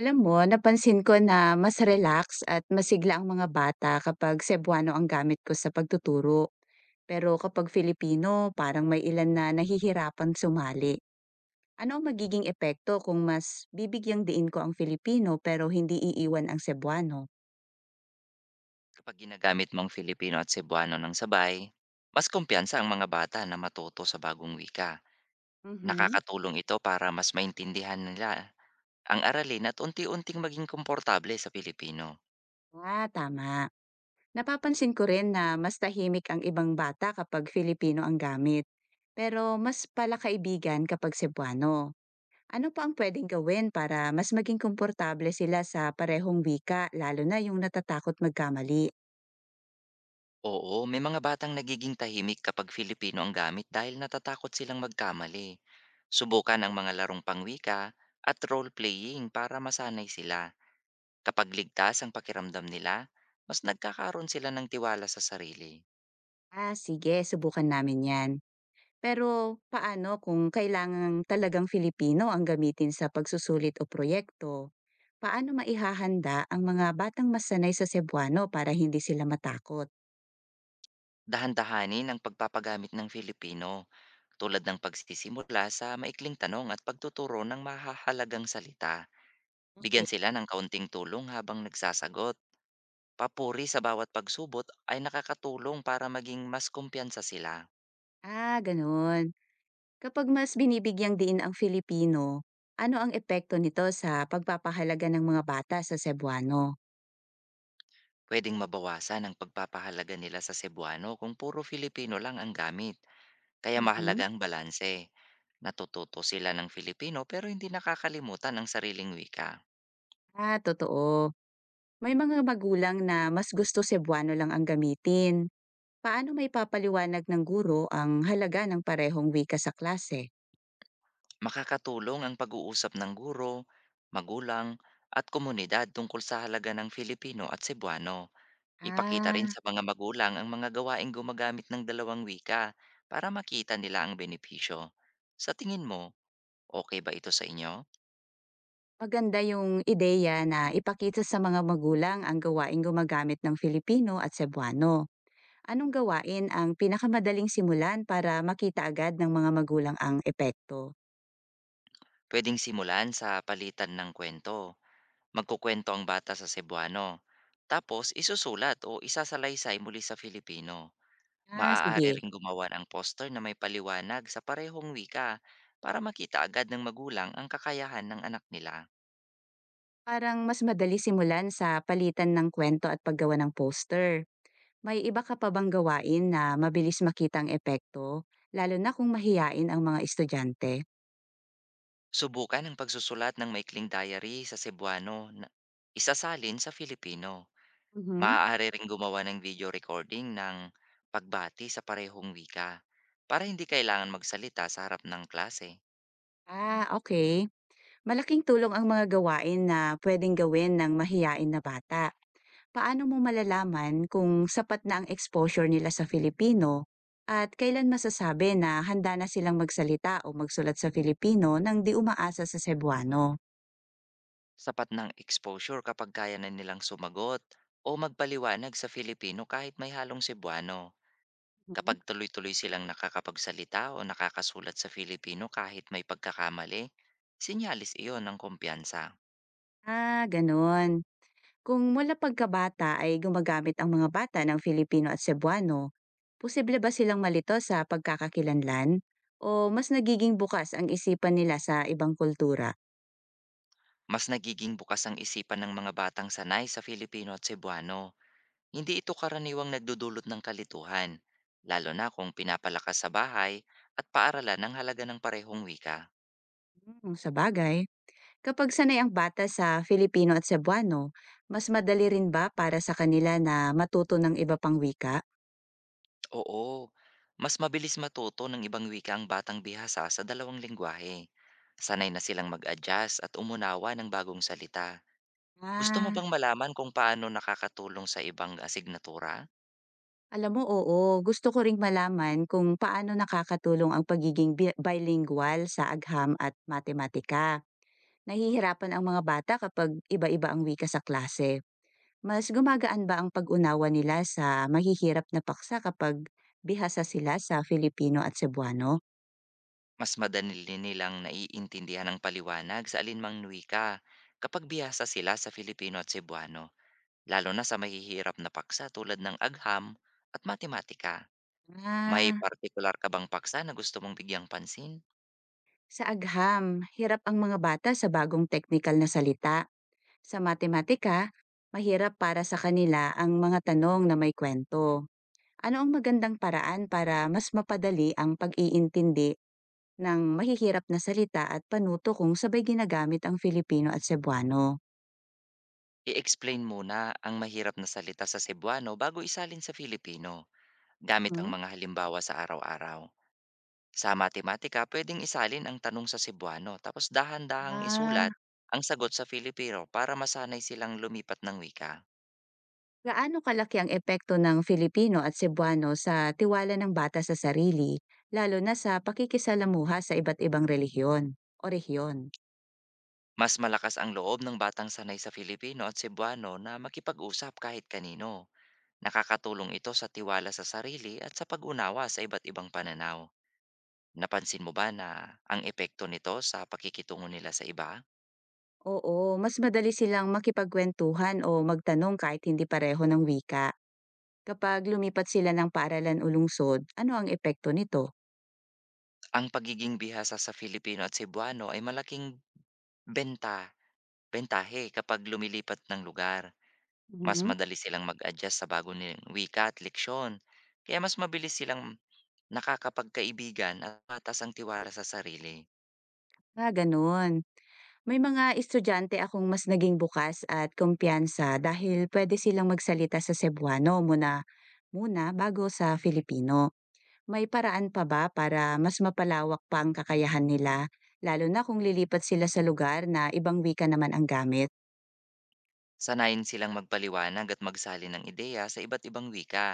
Alam mo, napansin ko na mas relax at masigla ang mga bata kapag Cebuano ang gamit ko sa pagtuturo. Pero kapag Filipino, parang may ilan na nahihirapan sumali. Ano ang magiging epekto kung mas bibigyang diin ko ang Filipino pero hindi iiwan ang Cebuano? Kapag ginagamit mong Filipino at Cebuano ng sabay, mas kumpiyansa ang mga bata na matuto sa bagong wika. Mhm. Nakakatulong ito para mas maintindihan nila ang aralin at unti-unting maging komportable sa Filipino. Ah, tama. Napapansin ko rin na mas tahimik ang ibang bata kapag Filipino ang gamit. Pero mas palakaibigan kapag Cebuano. Ano pa ang pwedeng gawin para mas maging komportable sila sa parehong wika lalo na yung natatakot magkamali? Oo, may mga batang nagiging tahimik kapag Filipino ang gamit dahil natatakot silang magkamali. Subukan ang mga larong pangwika at role-playing para masanay sila. Kapag ligtas ang pakiramdam nila, mas nagkakaroon sila ng tiwala sa sarili. Ah, sige, subukan namin 'yan. Pero paano kung kailangang talagang Filipino ang gamitin sa pagsusulit o proyekto? Paano maihahanda ang mga batang mas sanay sa Cebuano para hindi sila matakot? Dahan-dahanin ang pagpapagamit ng Filipino, tulad ng pagsisimula sa maikling tanong at pagtuturo ng mahahalagang salita. Bigyan Okay. sila ng kaunting tulong habang nagsasagot. Papuri sa bawat pagsubot ay nakakatulong para maging mas kumpiyansa sila. Ah, gano'n. Kapag mas binibigyang diin ang Filipino, ano ang epekto nito sa pagpapahalaga ng mga bata sa Cebuano? Pwedeng mabawasan ang pagpapahalaga nila sa Cebuano kung puro Filipino lang ang gamit. Kaya mahalaga Mhm. ang balanse. Natututo sila ng Filipino pero hindi nakakalimutan ang sariling wika. Ah, totoo. May mga magulang na mas gusto Cebuano lang ang gamitin. Paano may papaliwanag ng guro ang halaga ng parehong wika sa klase? Makakatulong ang pag-uusap ng guro, magulang, at komunidad tungkol sa halaga ng Filipino at Cebuano. Ipakita rin Ah, sa mga magulang ang mga gawaing gumagamit ng dalawang wika para makita nila ang benepisyo. Sa tingin mo, okay ba ito sa inyo? maganda yung ideya na ipakita sa mga magulang ang gawain gumagamit ng Filipino at Cebuano. Anong gawain ang pinakamadaling simulan para makita agad ng mga magulang ang epekto? Pwedeng simulan sa palitan ng kwento. Magkukwento ang bata sa Cebuano. Tapos isusulat o isasalaysay muli sa Filipino. Ah, Maaari sige. ring gumawa ng poster na may paliwanag sa parehong wika para makita agad ng magulang ang kakayahan ng anak nila. Parang mas madali simulan sa palitan ng kwento at paggawa ng poster. May iba ka pa bang gawain na mabilis makitang epekto, lalo na kung mahiyain ang mga estudyante? Subukan ang pagsusulat ng maikling diary sa Cebuano na isasalin sa Filipino. Mhm. Maaari ring gumawa ng video recording ng pagbati sa parehong wika para hindi kailangan magsalita sa harap ng klase. Ah, okay. Malaking tulong ang mga gawain na puwedeng gawin ng mahiyain na bata. Paano mo malalaman kung sapat na ang exposure nila sa Filipino at kailan masasabi na handa na silang magsalita o magsulat sa Filipino nang di umaasa sa Cebuano? Sapat ng exposure kapag kaya na nilang sumagot o magpaliwanag sa Filipino kahit may halong Cebuano. Mhm. Kapag tuloy-tuloy silang nakakapagsalita o nakakasulat sa Filipino kahit may pagkakamali, sinyalis iyon ng kumpiyansa. Ah, gano'n. Kung mula pagkabata ay gumagamit ang mga bata ng Filipino at Cebuano, posible ba silang malito sa pagkakakilanlan? O mas nagiging bukas ang isipan nila sa ibang kultura? Mas nagiging bukas ang isipan ng mga batang sanay sa Filipino at Cebuano. Hindi ito karaniwang nagdudulot ng kalituhan, lalo na kung pinapalakas sa bahay at paaralan ng halaga ng parehong wika. Hmm, sa bagay, kapag sanay ang bata sa Filipino at Cebuano, mas madali rin ba para sa kanila na matuto ng iba pang wika? Oo, mas mabilis matuto ng ibang wika ang batang bihasa sa dalawang lingwahe. Sanay na silang mag-adjust at umunawa ng bagong salita. Gusto mo Ah, bang malaman kung paano nakakatulong sa ibang asignatura? alam mo, oo. Gusto ko ring malaman kung paano nakakatulong ang pagiging bilingual sa agham at matematika. Nahihirapan ang mga bata kapag iba-iba ang wika sa klase. Mas gumagaan ba ang pag-unawa nila sa mahihirap na paksa kapag bihasa sila sa Filipino at Cebuano? Mas madali nilang naiintindihan ang paliwanag sa alinmang wika kapag bihasa sila sa Filipino at Cebuano, lalo na sa mahihirap na paksa tulad ng agham at matematika. May Ah, partikular ka bang paksa na gusto mong bigyang pansin? sa agham, hirap ang mga bata sa bagong technical na salita. Sa matematika, mahirap para sa kanila ang mga tanong na may kwento. Ano ang magandang paraan para mas mapadali ang pag-iintindi ng mahihirap na salita at panuto kung sabay ginagamit ang Filipino at Cebuano? I-explain muna ang mahirap na salita sa Cebuano bago isalin sa Filipino gamit ang Hmm. mga halimbawa sa araw-araw. Sa matematika, pwedeng isalin ang tanong sa Cebuano tapos dahan-dahang Ah, isulat ang sagot sa Filipino para masanay silang lumipat ng wika. gaano kalaki ang epekto ng Filipino at Cebuano sa tiwala ng bata sa sarili, lalo na sa pakikisalamuha sa iba't ibang relihiyon o rehiyon? Mas malakas ang loob ng batang sanay sa Filipino at Cebuano na makipag-usap kahit kanino. Nakakatulong ito sa tiwala sa sarili at sa pag-unawa sa iba't ibang pananaw. Napansin mo ba na ang epekto nito sa pakikitungo nila sa iba? Oo, mas madali silang makipagkwentuhan o magtanong kahit hindi pareho ng wika. Kapag lumipat sila ng paaralan o lungsod, ano ang epekto nito? Ang pagiging bihasa sa Filipino at Cebuano ay malaking benta, bentahe kapag lumilipat ng lugar. Mas Mhm. madali silang mag-adjust sa bago nilang wika at leksiyon, kaya mas mabilis silang nakakapagkaibigan at patas ang tiwala sa sarili. Ah, ganun. May mga estudyante akong mas naging bukas at kumpiyansa dahil pwede silang magsalita sa Cebuano muna Muna bago sa Filipino, may paraan pa ba para mas mapalawak pa ang kakayahan nila, lalo na kung lilipat sila sa lugar na ibang wika naman ang gamit? Sanayin silang magpaliwanag at magsali ng ideya sa iba't ibang wika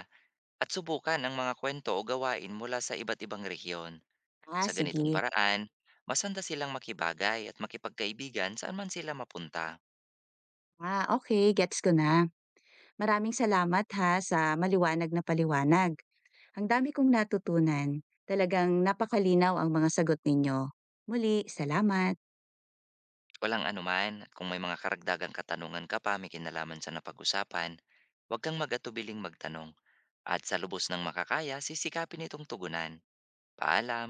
at subukan ang mga kwento o gawain mula sa iba't ibang rehiyon. Ah, Sa ganitong sige. paraan, masanda silang makibagay at makipagkaibigan saan man sila mapunta. Ah, okay, gets ko na. Maraming salamat ha sa maliwanag na paliwanag. Ang dami kong natutunan. Talagang napakalinaw ang mga sagot ninyo. Muli, salamat. Walang anuman, at kung may mga karagdagang katanungan ka pa may kinalaman sa napag-usapan, huwag kang mag-atubiling magtanong. At sa lubos ng makakaya, sisikapin itong tugunan. Paalam!